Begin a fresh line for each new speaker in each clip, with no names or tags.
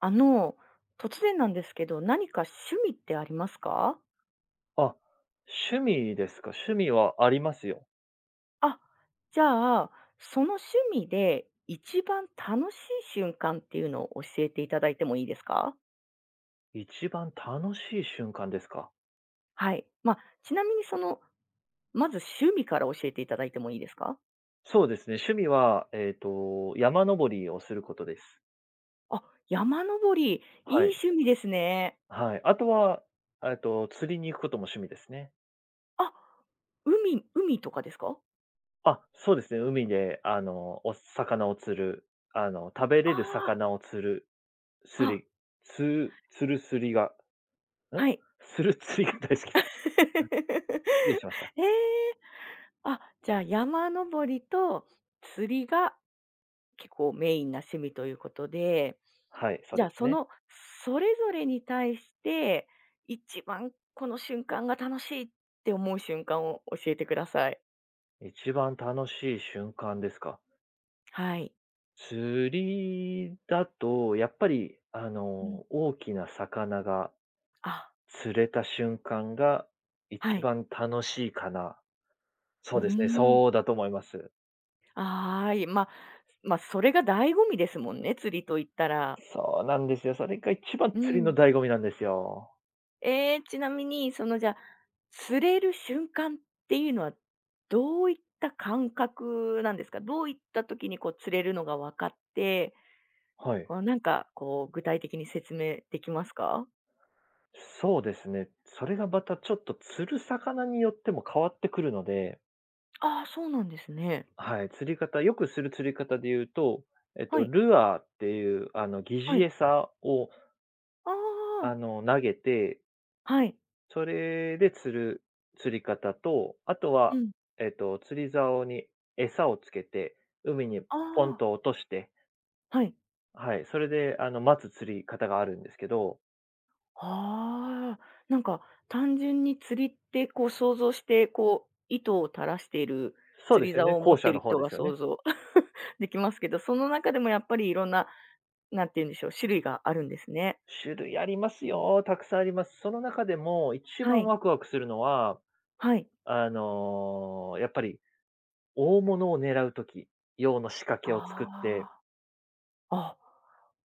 あの、突然なんですけど、何か趣味ってありますか？
あ、趣味ですか。趣味はありますよ。
あ、じゃあ、その趣味で一番楽しい瞬間っていうのを教えていただいてもいいですか？
一番楽しい瞬間ですか。
はい。まあ、ちなみにまず趣味から教えていただいてもいいですか？
そうですね。趣味は、山登りをすることです。
あ、山登り、いい
はい。
趣味ですね。
はい。あとは、釣りに行くことも趣味ですね。
あ、海とかですか？
あ、そうですね。海で、お魚を釣る、食べれる
あ
魚を釣る、
あ、
釣
あ、
り、釣る釣りが、ん
はい。
釣る釣りが大好き。失礼しました。
ええ、あ、じゃあ山登りと釣りが結構メインな趣味ということで、
はい、そう
じゃ
で
あ
すね。
それぞれに対して、一番この瞬間が楽しいって思う瞬間を教えてください。
一番楽しい瞬間ですか。
はい。
釣りだと、やっぱり、
うん。
大きな魚が
あ、
釣れた瞬間が
は
一
い。
番楽しいかな。
う
そう
ー
ですね、
ん。
そうだと思います。
ああ、いまあ、まあ、それが醍醐味ですもんね、釣りと言ったら。
そうなんですよ。それが一番
う
釣りの
ん。
醍醐味なんですよ。
ええ、ちなみにじゃあ、釣れる瞬間っていうのはどういった感覚なんですか？どういった時にこう釣れるのが分かって、
はい。
こう、なんか、こう、具体的に説明できますか？
そうですね。それがまたちょっと釣る魚によっても変わってくるので、
ああ、そうなんですね。
はい、釣り方、よくする釣り方で言うと、
はい、
ルアーっていう、疑
は
似
い。
餌を、
ああ、
投げて、
はい。
それで釣る釣り方と、あと
う
は、
ん。
釣り竿に餌をつけて、海に
あ
ポン
あ、
と落として、
はい。
はい、それで、待つ釣り方があるんですけど、
ああ、なんか、単純に釣りって、こう、想像して、こう、糸を垂らしている
そう
釣
で
り
すよ
竿
ね、
を持っ
後
てい
者
る
の方
人
で
が
すよ
想
ね。
像 できますけど、その中でもやっぱりいろんな、なんて言うんでしょう、種類があるんですね。
種類ありますよ、たくさんあります。その中でも一
は
番
い、
ワクワクするのは、
はい。
やっぱり大物を狙う時用の仕掛けを作って、
ああ、あ、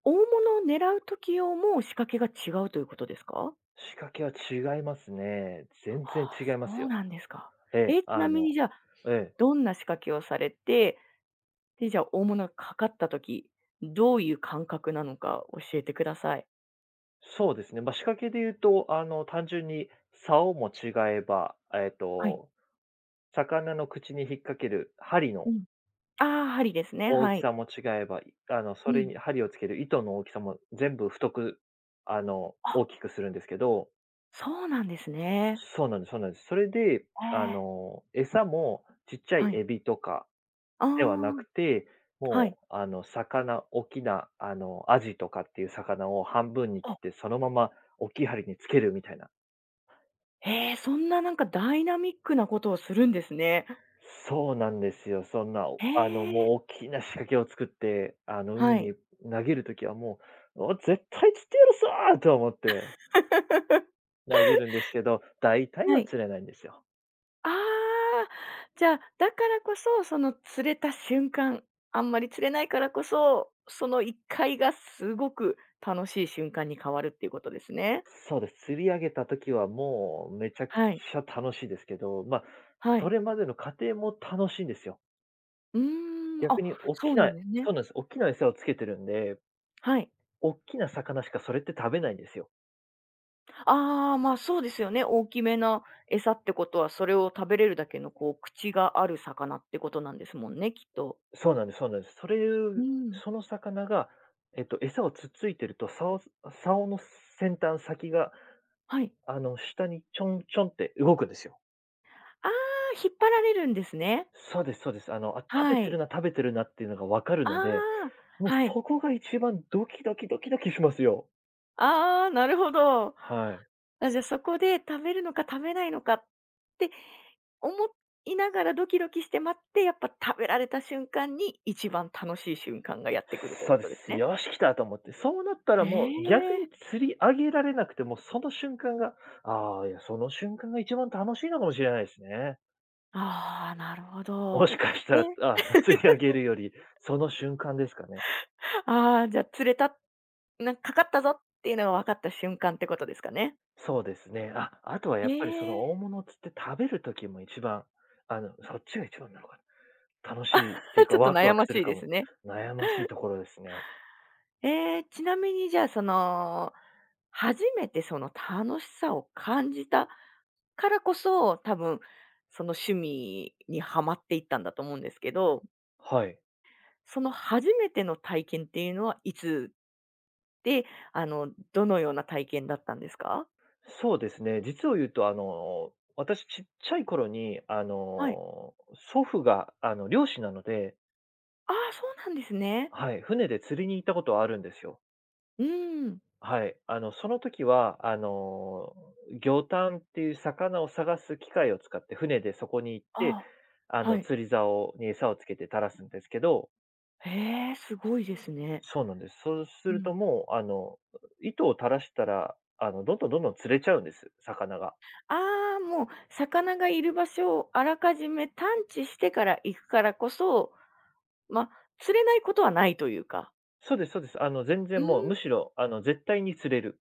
大物を狙う時用も仕掛けが違うということですか？
仕掛けは違いますね。
あ
全
あ、
然違います
そう
よ。
なんですか。
ええ、
え、ちなみにじゃあ、
ええ。
どんな仕掛けをされて、で、じゃあ、大物がかかった時、どういう感覚なのか教えてください。
そうですね。まあ、仕掛けで言うと、単純に竿も違えば、
はい。
魚の口に引っ掛ける針の
うん。ああ、針ですね、
大
は
き
い。
さも違えば、いあの、
う
それ
ん。
に針をつける糸の大きさも全部太く、
あ、
大きくするんですけど、
そうなんですね。
そうなんですそうなんです。それで、
ええ、
餌もちっちゃい
はい。
エビとか
あ
ではな
あ、
くて、
はい。
もう、大きな、アジとかっていう魚を半分に切
あ、
って、そのまま大きい針につけるみたいな。
へえ、そんななんかダイナミックなことをするんですね。
そうなんですよ。そんな、お
へ
あの、
え、
もう大きな仕掛けを作って、
は
海
い。
に投げるときはもう、「お、絶対釣ってやるぞ！」と思って 投げるんですけど、大体
は
は
い。
釣れないんですよ。
ああ、じゃあ、だからこそ、その釣れた瞬間、あんまり釣れないからこそ、その1回がすごく楽しい瞬間に変わるっていうことですね。
そうです。釣り上げたときはもうめちゃく
はい。
ちゃ楽しいですけど、まあ、
は
そ
い。
れまでの過程も楽しいんですよ。
うーん、
逆
あ、
に大
そ
き
うな
な、
んですね。
そうなんです。大きな餌をつけてるんで、
はい。
大きな魚しかそれって食べないんですよ。
ああ、まあ、そうですよね。大きめな餌ってことは、それを食べれるだけのこう口がある魚ってことなんですもんね、きっと。
そうなんですそうなんです。
うん。
その魚が、餌をつっついてると、竿の先端、先が、
はい。
下にちょんちょんって動くんですよ。
ああ、引っ張られるんですね。
そうですそうです。食べ
は
てる
い。
な食べてるなっていうのが分かる
あ
ので、
あ、
もう
はい。
そこが一番ドキドキドキドキしますよ。
ああ、なるほど。
はい。
あ、じゃ、そこで貯めるのか貯めないのかって思いながらドキドキして待って、やっぱ食べられた瞬間に一番楽しい瞬間がやってくるという
そう
こ
で
とです
す。
ね。
よし、来たと思って。そうなった
へ
らもう逆
え。
に釣り上げられなくても、その瞬間が、その瞬間が一番楽しいのかもしれないですね。
ああ、なるほ
も
ど。
しかしたら、
え、
あ、釣り上げるより、その瞬間ですかね。
ああ、じゃ、あ釣れた、なんかかかったぞっていうのが分かった瞬間ってことですかね？
そうですね。あ、あとはや
へ
っぱりその
え。
大物を釣って食べる時も一番、そっちが一番なのかな。楽しいっていう
ち
か、
ょっと
ワク
悩
ワク
ま
する
しい
か
です
も。
ね。
悩ましいところですね。
ええ、ちなみにじゃあ、初めてその楽しさを感じたからこそ、多分その趣味にはまっていったんだと思うんですけど、
はい。
その初めての体験っていうのはいつで、どのような体験だったんですか？
そうですね。実を言うと、私ちっちゃい頃に、
はい。
祖父が、漁師なので、
ああ、そうなんですね。
はい、船で釣りに行ったことはあるんですよ。
うん。
はい。その時は、魚探っていう魚を探す機械を使って、船でそこに行って、
ああ、はい。
釣り竿に餌をつけて垂らすんですけど、
へえ、すごいですね。
そうなんです。そうす
う
ると
ん。
もう、糸を垂らしたら、どんどんどんどん釣れちゃうんです、魚が。
ああ、もう魚がいる場所をあらかじめ探知してから行くからこそ、まあ、釣れないことはないというか。
そうですそうです。全
うー
然もう、
ん。
むしろ、絶対に釣れる。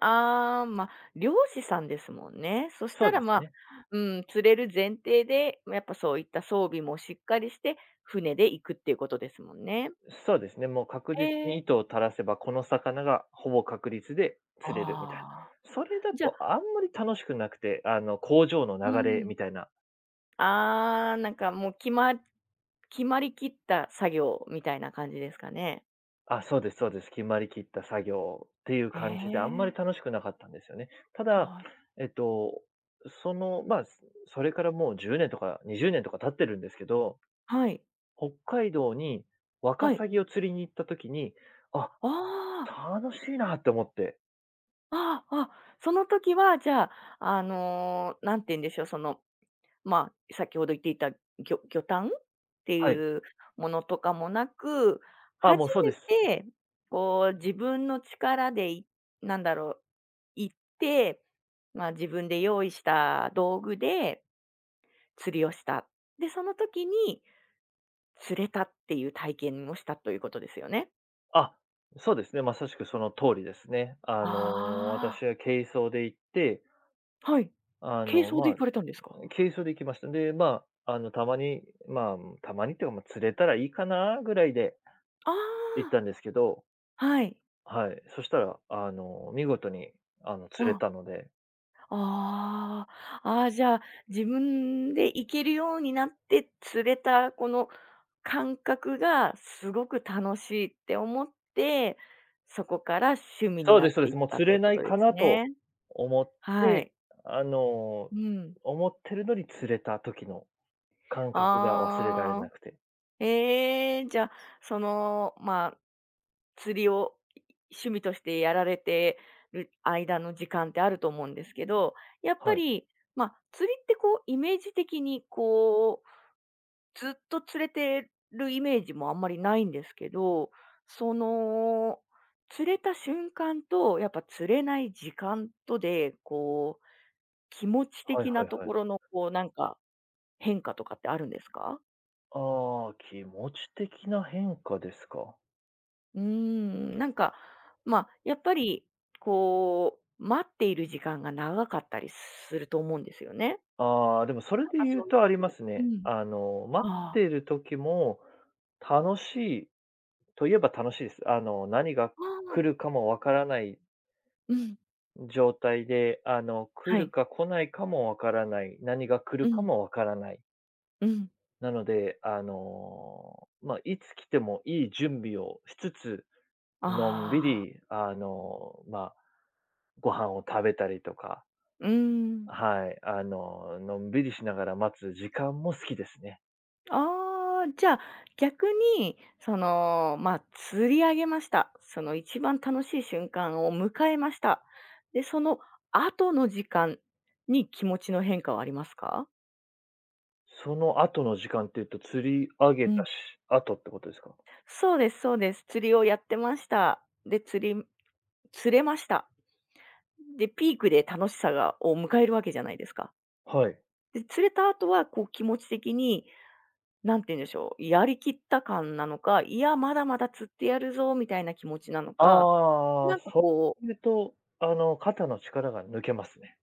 ああ、まあ、漁師さんですもんね。そし
そ
た
う
ら、
です
まあ、
ね。
うん、釣れる前提で、ま、やっぱそういった装備もしっかりして、船で行くっていうことですもんね。
そうですね、もう確
え
実に糸
え。
を垂らせば、この魚がほぼ確率で釣れるみたいな。
ああ、
それだ
じゃあ
とあんまり楽しくなくて、工場の
う
流れ
ん。
みたいな、
ああ、なんかもう、決まりきった作業みたいな感じですかね。
あ、そうですそうです、決まりきった作業っていう
へ
感じで、あんまり
え。
楽しくなかったんですよね。ただ、
あ、
えっと、その、まあ、それからもう10年とか20年とか経ってるんですけど、
はい、
北海道にワカ
はい。
サギを釣りに行った時に、あ、
ああ。
楽しいなって思って。
ああ、あ、その時は、じゃあ、んて言うんでしょう、まあ、先ほど言っていた魚探って
はい。
いうものとかもなく、
あ、も
初
うそう
め
です。
て、こう、自分の力で、なんだろう、行って、まあ、自分で用意した道具で釣りをした。で、その時に釣れたっていう体験をしたということですよね？
あ、そうですね、まさしくその通りですね。
ああ。
私は軽装で行って、
はい。
あ
軽
の、
装で
ま
行
あ、
かれたんですか？
軽装で行きました。で、まあ、たまに、まあ、たまにっていうか、まあ、釣れたらいいかなぐらいで行っ
あ
たんですけど、
あ、はい。
はい、そしたら、見事に、
う
釣れ
ん。
たので、
ああ、ああ、じゃあ、自分で行けるようになって釣れたこの感覚がすごく楽しいって思って、そこから趣味に
そう
な
で
っ
すそう
て
で
いっ
す。もう
た
釣
とい
れ
うこ
ない
とで
か
す
なと
ね。
思っ
は
て、
い。
あの、
うん。
思ってるのに釣れた時の感覚が忘れられ
ああ、
なくて。
ええ、じゃあ、まあ、釣りを趣味としてやられてる間の時間ってあると思うんですけど、やっぱ
はい。
り、まあ、釣りってこうイメージ的にこうずっと連れてるイメージもあんまりないんですけど、その、釣れた瞬間と、やっぱ釣れない時間とで、こう、気持ち
はい
的
は
な
い
と
はい。
ころの、こう、なんか、変化とかってあるんですか？
ああ、気持ち的な変化ですか。
うーん、なんか、ま、やっぱり、こう、待っている時間が長かったりすると思うんですよね。
ああ、でもそれ
なん
で
か
言
そ
う
ういう
とありま
時
すね。
にうん。
待っ
ああ、
てる時も楽しいといえば楽しいです。何が
あ
来
あ、
るかもわからない
うん。
状態で、来
は
る
い。
か来ないかもわからない、何が来
う
るか
ん、
もわからない。
うん。
なので、まあ、いつ来てもいい準備をしつつ、のんび
ああ、
り、まあ、ご飯を食べたりとか、
うーん。
はい。のんびりしながら待つ時間も好きですね。
ああ、じゃあ、逆に、まあ、釣り上げました。その一番楽しい瞬間を迎えました。で、その後の時間に気持ちの変化はありますか？
その後の時間っていうと、釣り上
う
げ
ん。
たし後ってことですか？
そうですそうです。釣りをやってました。で、釣れました。で、ピークで楽しさがを迎えるわけじゃないですか。
はい。
で、釣れた後はこう気持ち的に、なんて言うんでしょう、やりきった感なのか、いや、まだまだ釣ってやるぞみたいな気持ちなのか、
あ
な
あ、
んか
そ
こう
ういうと、肩の力が抜けますね。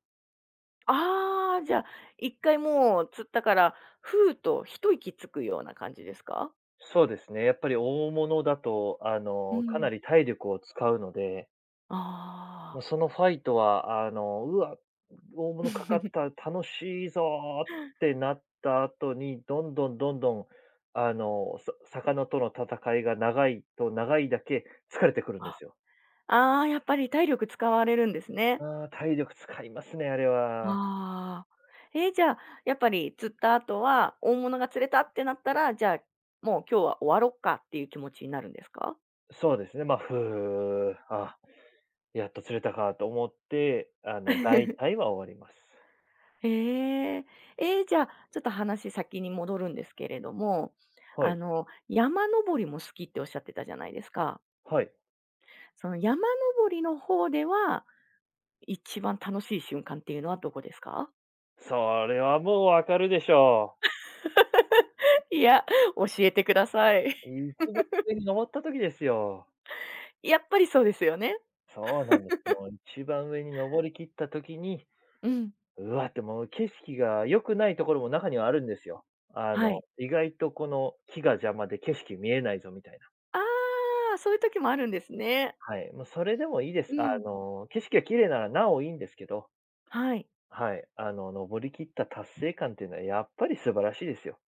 ああ、じゃあ、一回もう釣ったから、ふうと一息つくような感じですか？
そうですね、やっぱり大物だと、
う
か
ん。
なり体力を使うので、
あ
もうそ
あ。
のファイトは、うわ、大物かかった、楽しいぞーってなった後に、どんどんどんどん、魚との戦いが長いと長いだけ疲れてくるん
あ、
ですよ。
ああ、やっぱり体力使われるんですね。
ああ、体力使いますね、あれは。
ああ。え、じゃあ、やっぱり釣った後は、大物が釣れたってなったら、じゃあ、もう今日は終わろっかっていう気持ちになるんですか？
そうですね、まあ、ふう、あ、やっと釣れたかと思って、大 体は終わります。
へえ。え、じゃあ、ちょっと話先に戻るんですけれども、
はい。
山登りも好きっておっしゃってたじゃないですか。
はい。
その山登りの方では、一番楽しい瞬間っていうのはどこですか？
それはもうわかるでしょ
いや、教えてください。
う。一番上に登った時ですよ。
やっぱりそうですよね。
そうなんです。もう一番上に登り切った時に、
うん、
うわってもう景色が良くないところも中にはあるんですよ。
はい。
意外とこの木が邪魔で景色見えないぞみたいな。
ああ、そういう時もあるんですね。
はい。もうそれでもいいで
う
す。
ん、
景色が綺麗ならなおいいんですけど、
はい。
はい。登り切った達成感っていうのはやっぱり素晴らしいですよ。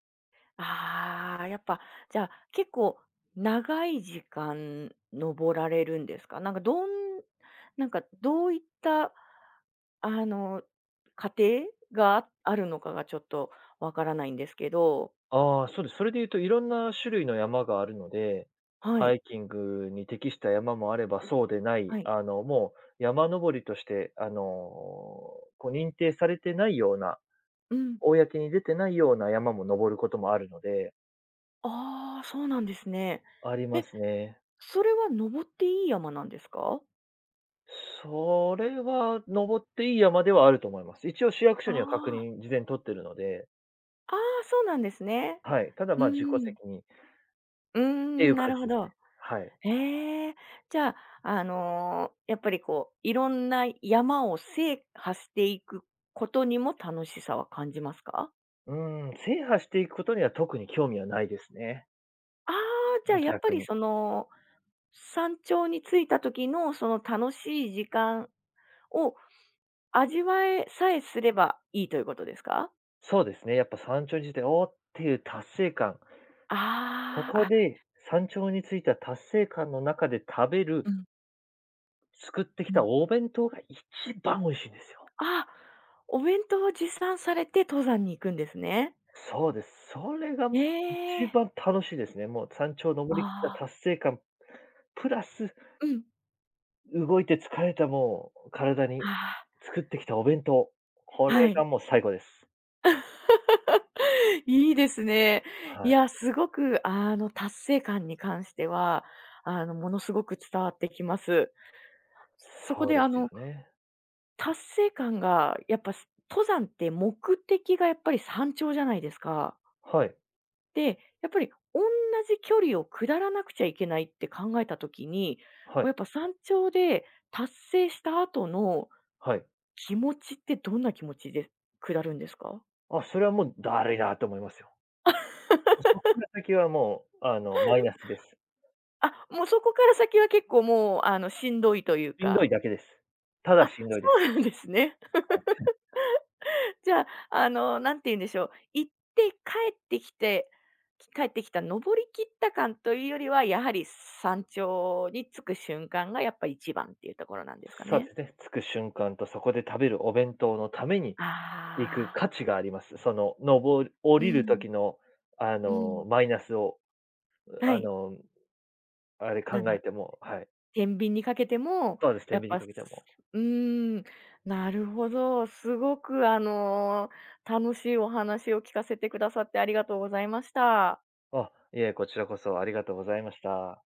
ああ、やっぱ、じゃあ、結構長い時間登られるんですか？なんかどういった、あの、過程があるのかがちょっとわからないんですけど。
ああ、そうです。それで言うと、いろんな種類の山があるので、
は
ハ
い、
イキングに適した山もあれば、そうでな
は
い、
い。
もう山登りとして、こう認定されてないような、
うん。
公に出てないような山も登ることもあるので、
ああ、そうなんですね。
ありま
え、
すね。
それは登っていい山なんですか？
それは登っていい山ではあると思います。一応市役
あ
所には確
あ、
認事前に取ってるので、
ああ、そうなんですね。
はい。ただ
う
まあ自己
ー
責
ん。
任っ
うー
てい
ん、
う
な
感
る
じ
ほ
です
ど。
ね。はい。
へえ。じゃあ、やっぱりこう、いろんな山を制覇していくことにも楽しさは感じますか？
うん、制覇していくことには特に興味はないですね。
ああー、じゃあやっぱ
逆
り
に。
山頂に着いた時のその楽しい時間を味わえさえすればいいということですか？
そうですね、やっぱ山頂に着いて、おーっていう達成感。こ
ああ、
こ
あ。
で山頂に着いた達成感の中で食べる、
うん
作ってき
う
た
ん。
お弁当が一番美味しいんですよ。
あ、お弁当を持参されて登山に行くんですね。
そうです。それが
え
一
え。
番楽しいですね。もう山頂登りきった
ああ、
達成感、プラス
うん。
動いて疲れたもう体に
あ
作ってきたお弁当。こ
あ、は
れ
い。
がもう最高です。
いいですね。い
はい。
や、すごく達成感に関しては、ものすごく伝わってきます。そこ
そう
で
ですよね。
達成感がやっぱ、登山って目的がやっぱり山頂じゃないですか。
はい、
で、やっぱり同じ距離を下らなくちゃいけないって考えたときに、
は
こう
い、
やっぱ山頂で達成した後の
はい。
気持ちってどんな気持ちで下るんですか？
あ、それはもうだるいなと思いますよ。そっから先はもう、マイナス です。
あ、もうそこから先は結構もう、しんどいという
しんどい
か。
だけです。ただ
あ、
しんどいで
そう
す。
なんですね。じゃあ、なんて言うんでしょう、行って帰ってきた登り切った感というよりは、やはり山頂に着く瞬間がやっぱ一番っていうところなんですか
そうで
ね？
すね、着く瞬間とそこで食べるお弁当のために行く
あ
価
あ。
値があります。その、上り、降
う
りる
ん、
時の、
うん。
マイナスを、
は
あ
い、
の、あれ
なん
考
だろ
え
う、
ても、はい。
天秤にかけても、
そうです
や
ね、
っ
手秤に
ぱ、
か
す
けても。
うーん、なるほど。すごく楽しいお話を聞かせてくださってありがとうございました。
あ、いえ、こちらこそありがとうございました。